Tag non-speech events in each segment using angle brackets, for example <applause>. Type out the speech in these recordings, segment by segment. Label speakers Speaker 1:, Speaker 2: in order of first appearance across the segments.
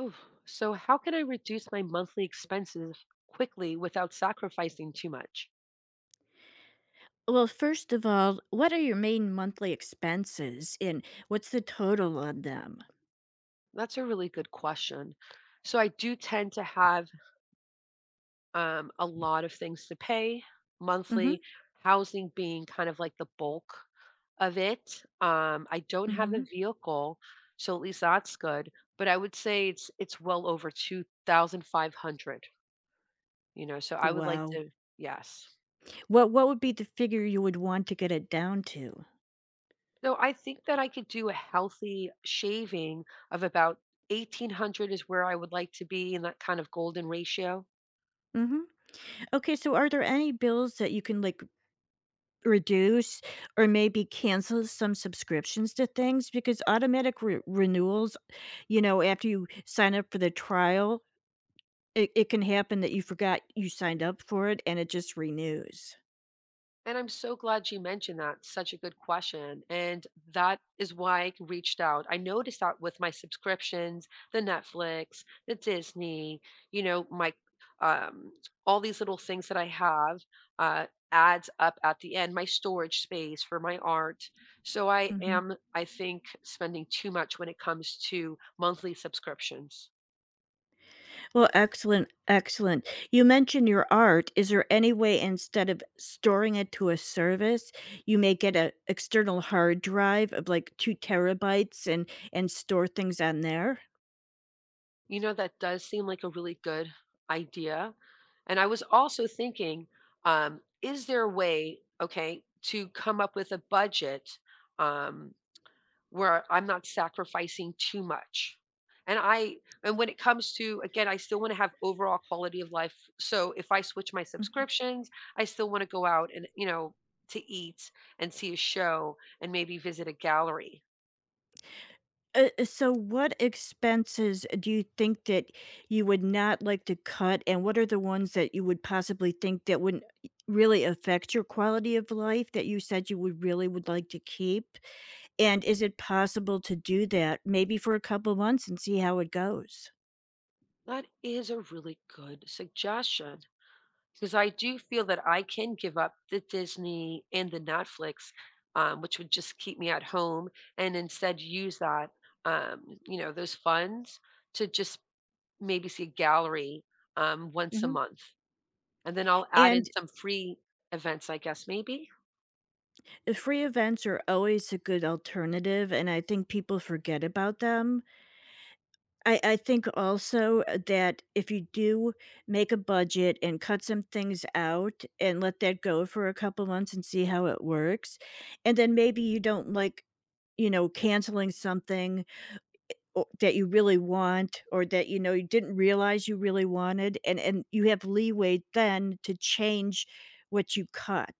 Speaker 1: Oof. So, how can I reduce my monthly expenses quickly without sacrificing too much?
Speaker 2: Well, first of all, what are your main monthly expenses, and what's the total on them?
Speaker 1: That's a really good question. So, I do tend to have a lot of things to pay
Speaker 2: Mhm,
Speaker 1: monthly, housing being kind of like the bulk of it. I don't have a
Speaker 2: mhm.
Speaker 1: vehicle, so at least that's good. But I would say it's well over two thousand five hundred. You know, so I would like
Speaker 2: Wow.
Speaker 1: to. Yes.
Speaker 2: What would be the figure you would want to get it down to?
Speaker 1: No, I think that I could do a healthy shaving of about 1800 is where I would like to be in that kind of golden ratio.
Speaker 2: Mhm. Okay, so are there any bills that you can, like, reduce or maybe cancel some subscriptions to things? Because automatic re renewals, after you sign up for the trial, it can happen that you forgot you signed up for it, and it just renews.
Speaker 1: And I'm so glad you mentioned that. Such a good question. And that is why I reached out. I noticed that with my subscriptions, the Netflix, the Disney, you know, my um all these little things that I have uh adds up at the end, my storage space for my art. So I am, I think, spending too much when it comes to monthly subscriptions.
Speaker 2: Well, excellent, excellent. You mentioned your art. Is there any way instead of storing it to a service, you make it an external hard drive of like 2 terabytes and store things on there?
Speaker 1: You know, that does seem like a really good idea. And I was also thinking, is there a way, okay, to come up with a budget um, where I'm not sacrificing too much? And I, and when it comes to, again, I still want to have overall quality of life. So if I switch my
Speaker 2: Mhm.
Speaker 1: subscriptions, I still want to go out and, you know, to eat and see a show and maybe visit a gallery.
Speaker 2: So what expenses do you think that you would not like to cut, and what are the ones that you would possibly think that wouldn't really affect your quality of life that you said you would really would like to keep? And is it possible to do that maybe for a couple of months and see how it goes?
Speaker 1: That is a really good suggestion. 'Cause I do feel that I can give up the Disney and the Netflix, which would just keep me at home and instead use that, you know, those funds to just maybe see a gallery, once a
Speaker 2: Mhm.
Speaker 1: month. And then I'll add in
Speaker 2: And
Speaker 1: some free events, I guess, maybe?
Speaker 2: the free events are always a good alternative, and I think people forget about them. I think also that if you do make a budget and cut some things out and let that go for a couple months and see how it works, and then maybe you don't like, canceling something that you really want or that you know you didn't realize you really wanted, and you have leeway then to change what you cut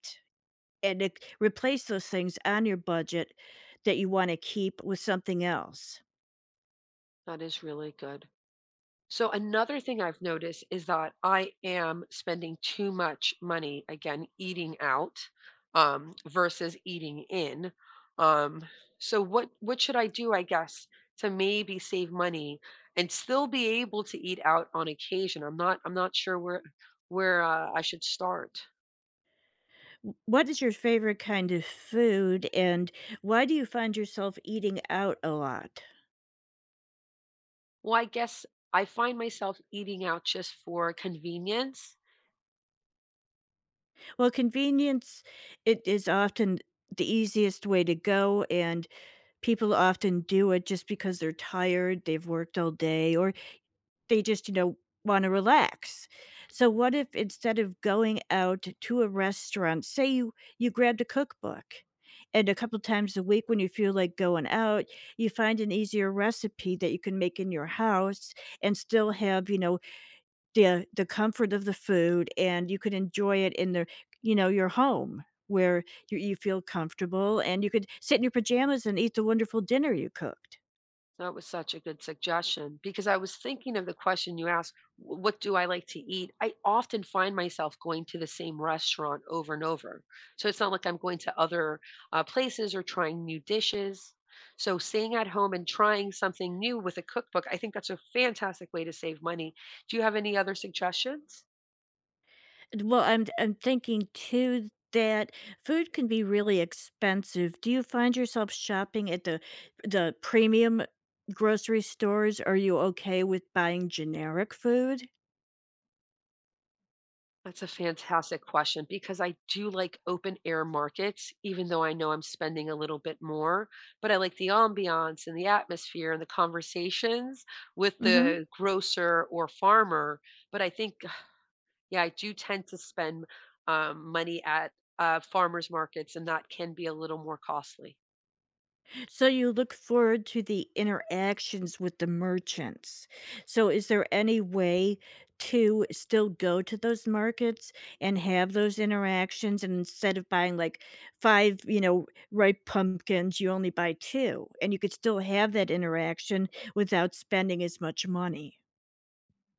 Speaker 2: and it, replace those things on your budget that you want to keep with something else.
Speaker 1: That is really good. So another thing I've noticed is that I am spending too much money again eating out versus eating in. Um, so what should I do, I guess, to maybe save money and still be able to eat out on occasion? I'm not sure where where I should start.
Speaker 2: What is your favorite kind of food, and why do you find yourself eating out a lot?
Speaker 1: Well, I guess I find myself eating out just for convenience.
Speaker 2: Well, convenience, it is often the easiest way to go, and people often do it just because they're tired, they've worked all day, or they just, want to relax. So what if instead of going out to a restaurant, say you grabbed a cookbook and a couple times a week when you feel like going out, you find an easier recipe that you can make in your house and still have, the comfort of the food, and you could enjoy it in the your home where you feel comfortable, and you could sit in your pajamas and eat the wonderful dinner you cooked.
Speaker 1: So that was such a good suggestion because I was thinking of the question you asked, what do I like to eat?" I often find myself going to the same restaurant over and over. So it's not like I'm going to other places or trying new dishes. So staying at home and trying something new with a cookbook, I think that's a fantastic way to save money. Do you have any other suggestions?
Speaker 2: Well, I'm thinking too that food can be really expensive. Do you find yourself shopping at the premium grocery stores? Are you okay with buying generic food?
Speaker 1: That's a fantastic question because I do like open air markets, even though I know I'm spending a little bit more. But I like the ambiance and the atmosphere and the conversations with
Speaker 2: Mhm.
Speaker 1: the grocer or farmer. But I think, <sighs> yeah, I do tend to spend money at farmers markets, and that can be a little more costly.
Speaker 2: So you look forward to the interactions with the merchants. So is there any way to still go to those markets and have those interactions and instead of buying like 5, ripe pumpkins, you only buy 2 and you could still have that interaction without spending as much money?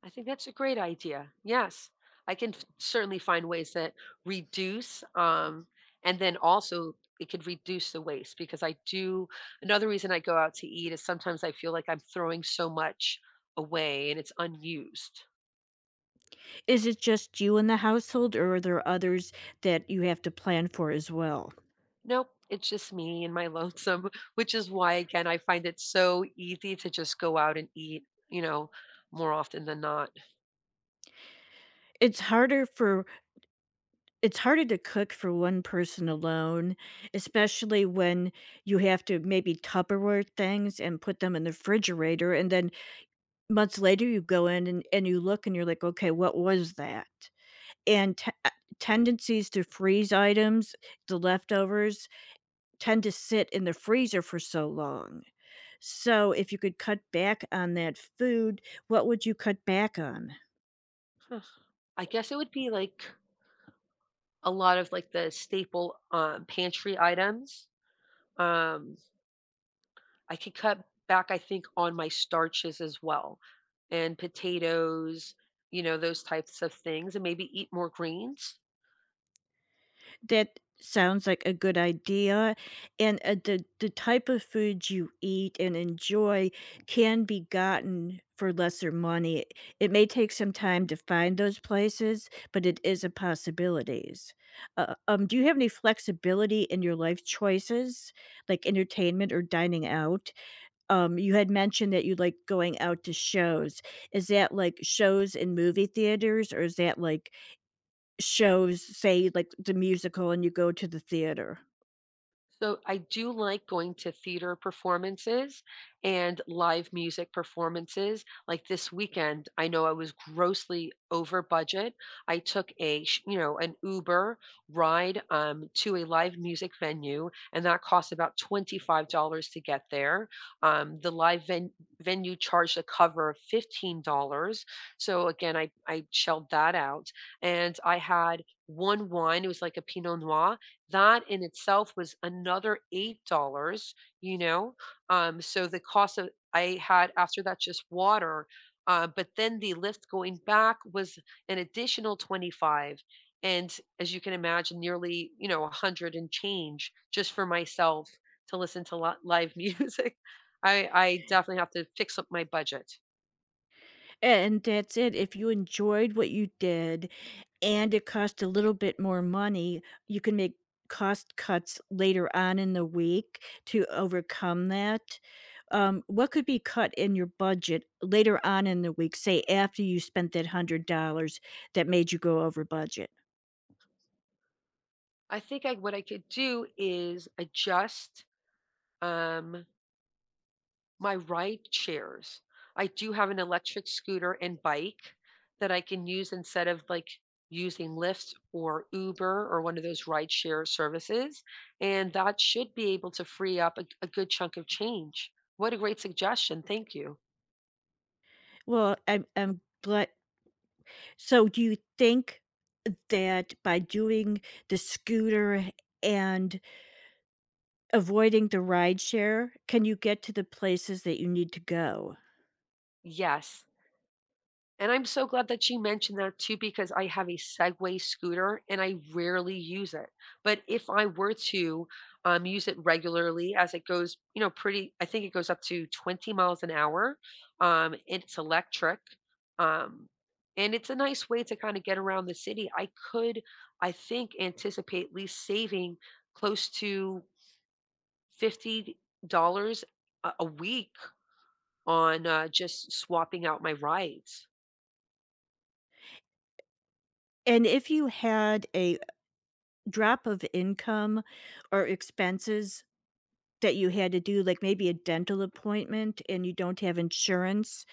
Speaker 1: I think that's a great idea. Yes. I can certainly find ways that reduce, and then also it could reduce the waste because I do. Another reason I go out to eat is sometimes I feel like I'm throwing so much away and it's unused.
Speaker 2: Is it just you in the household or are there others that you have to plan for as well?
Speaker 1: Nope, it's just me and my lonesome, <laughs> which is why again I find it so easy to just go out and eat, you know, more often than not.
Speaker 2: It's harder for It's harder to cook for 1 person alone, especially when you have to maybe Tupperware things and put them in the refrigerator, and then months later, you go in and you look and you're like, "Okay, what was that?" And te tendencies to freeze items, the leftovers, tend to sit in the freezer for so long. So, if you could cut back on that food, what would you cut back on?
Speaker 1: Huh. I guess it would be like a lot of like the staple pantry items. Um, I could cut back, I think, on my starches as well and potatoes, you know, those types of things, and maybe eat more greens.
Speaker 2: That sounds like a good idea, and, the type of food you eat and enjoy can be gotten for lesser money. It may take some time to find those places, but it is a possibilities. Do you have any flexibility in your life choices, like entertainment or dining out? You had mentioned that you like going out to shows. Is that like shows in movie theaters, or is that like shows, say, like, the musical and you go to the theater.
Speaker 1: So I do like going to theater performances and live music performances. Like this weekend, I know I was grossly over budget. I took a, you know, an Uber ride to a live music venue, and that cost about $25 to get there. The venue charged a cover of $15. So again, I shelled that out. And I had one wine, it was like a Pinot Noir that in itself was another $8, you know? So the cost of I had after that just water, but then the lift going back was an additional 25. And as you can imagine, nearly, you know, 100 and change just for myself to listen to live <laughs> music. I definitely have to fix up my budget.
Speaker 2: And that's it, if you enjoyed what you did and it cost a little bit more money, you can make cost cuts later on in the week to overcome that. What could be cut in your budget later on in the week, say, after you spent that $100 that made you go over budget?
Speaker 1: I think what I could do is adjust. Um, My ride shares. I do have an electric scooter and bike that I can use instead of like using Lyft or Uber or one of those ride share services. And that should be able to free up a good chunk of change. What a great suggestion. Thank you.
Speaker 2: Well, I'm glad, so do you think that by doing the scooter and avoiding the rideshare, can you get to the places that you need to go?
Speaker 1: Yes. And I'm so glad that she mentioned that too, because I have a Segway scooter and I rarely use it. But if I were to use it regularly, as it goes, you know, pretty, I think it goes up to 20 miles an hour. It's electric. Um, and it's a nice way to kind of get around the city. I could, I think, anticipate at least saving close to $50 a week on just swapping out my rides.
Speaker 2: And if you had a drop of income or expenses that you had to do, like maybe a dental appointment and you don't have insurance,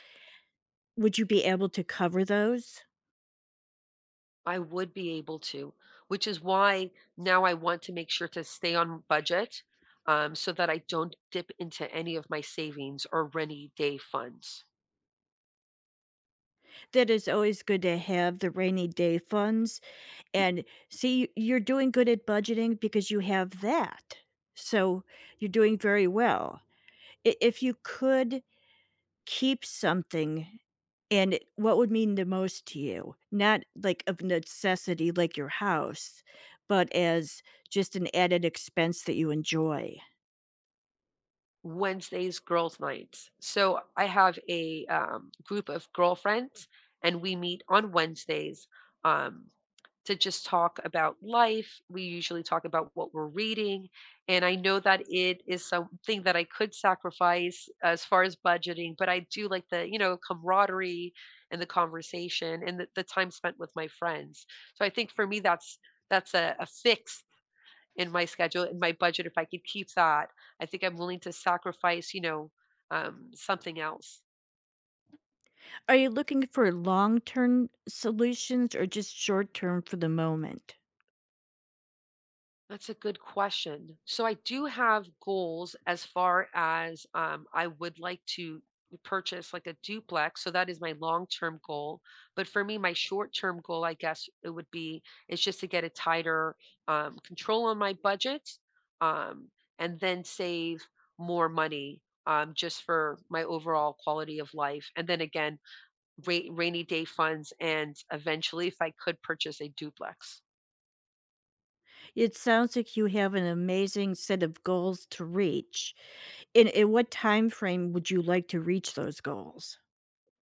Speaker 2: would you be able to cover those?
Speaker 1: I would be able to, which is why now I want to make sure to stay on budget, so that I don't dip into any of my savings or rainy day funds.
Speaker 2: That is always good to have the rainy day funds. And see, you're doing good at budgeting because you have that. So you're doing very well. If you could keep something what would mean the most to you, not like of necessity, like your house, but as just an added expense that you enjoy.
Speaker 1: Wednesday's girls' nights. So I have a group of girlfriends, and we meet on Wednesdays. Um, to just talk about life. We usually talk about what we're reading. And I know that it is something that I could sacrifice as far as budgeting, but I do like the, you know, camaraderie and the conversation and the time spent with my friends. So I think for me that's a fix in my schedule, in my budget. If I could keep that, I think I'm willing to sacrifice, you know, something else.
Speaker 2: Are you looking for long term solutions or just short term for the moment?
Speaker 1: That's a good question. So I do have goals as far as I would like to purchase like a duplex. So that is my long-term goal. But for me, my short-term goal, I guess it would be, is just to get a tighter control on my budget um, and then save more money just for my overall quality of life. And then again, rainy day funds and eventually if I could purchase a duplex.
Speaker 2: It sounds like you have an amazing set of goals to reach. In what time frame would you like to reach those goals?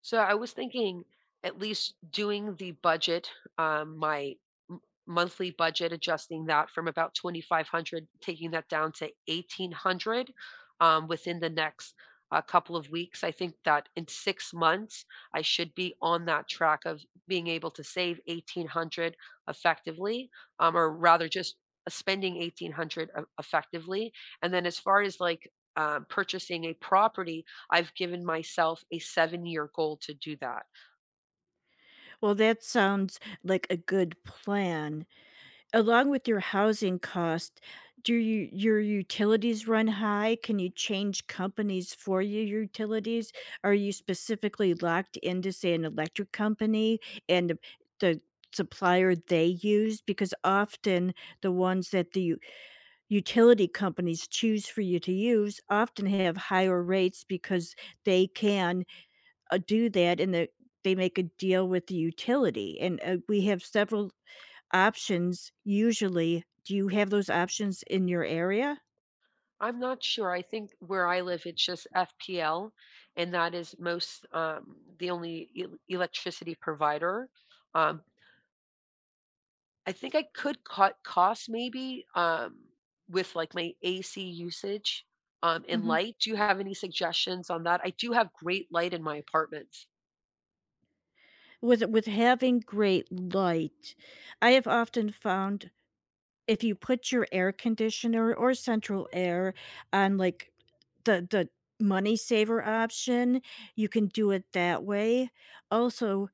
Speaker 1: So I was thinking at least doing the budget, my m- monthly budget, adjusting that from about 2,500, taking that down to 1,800 within the next couple of weeks. I think that in 6 months, I should be on that track of being able to save 1,800 effectively, or rather just spending 1,800 effectively. And then as far as like, purchasing a property, I've given myself a 7-year goal to do that.
Speaker 2: Well, that sounds like a good plan. Along with your housing cost, do you your utilities run high? Can you change companies for your utilities? Are you specifically locked into, say, an electric company and the the supplier they use? Because often the ones that the u utility companies choose for you to use often have higher rates because they can, do that and the they make a deal with the utility, and, we have several options, usually do you have those options in your area?
Speaker 1: I'm not sure, I think where I live, it's just FPL, and that is most, the only el electricity provider. Um, I think I could cut costs maybe, with, like, my AC usage, and
Speaker 2: Mhm.
Speaker 1: light. Do you have any suggestions on that? I do have great light in my apartment.
Speaker 2: With having great light, I have often found if you put your air conditioner or central air on, like, the money saver option, you can do it that way. Also,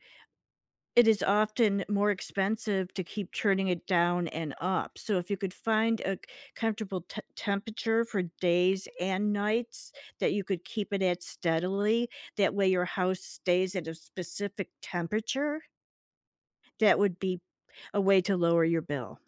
Speaker 2: it is often more expensive to keep turning it down and up, so if you could find a comfortable te temperature for days and nights that you could keep it at steadily, that way your house stays at a specific temperature, that would be a way to lower your bill.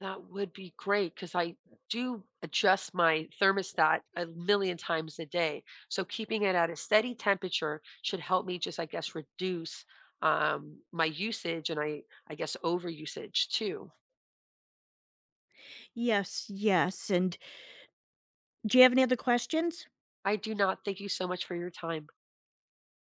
Speaker 1: That would be great because I do adjust my thermostat a million times a day. So keeping it at a steady temperature should help me just, I guess, reduce my usage and I guess, over usage too.
Speaker 2: Yes, yes, and do you have any other questions?
Speaker 1: I do not, thank you so much for your time.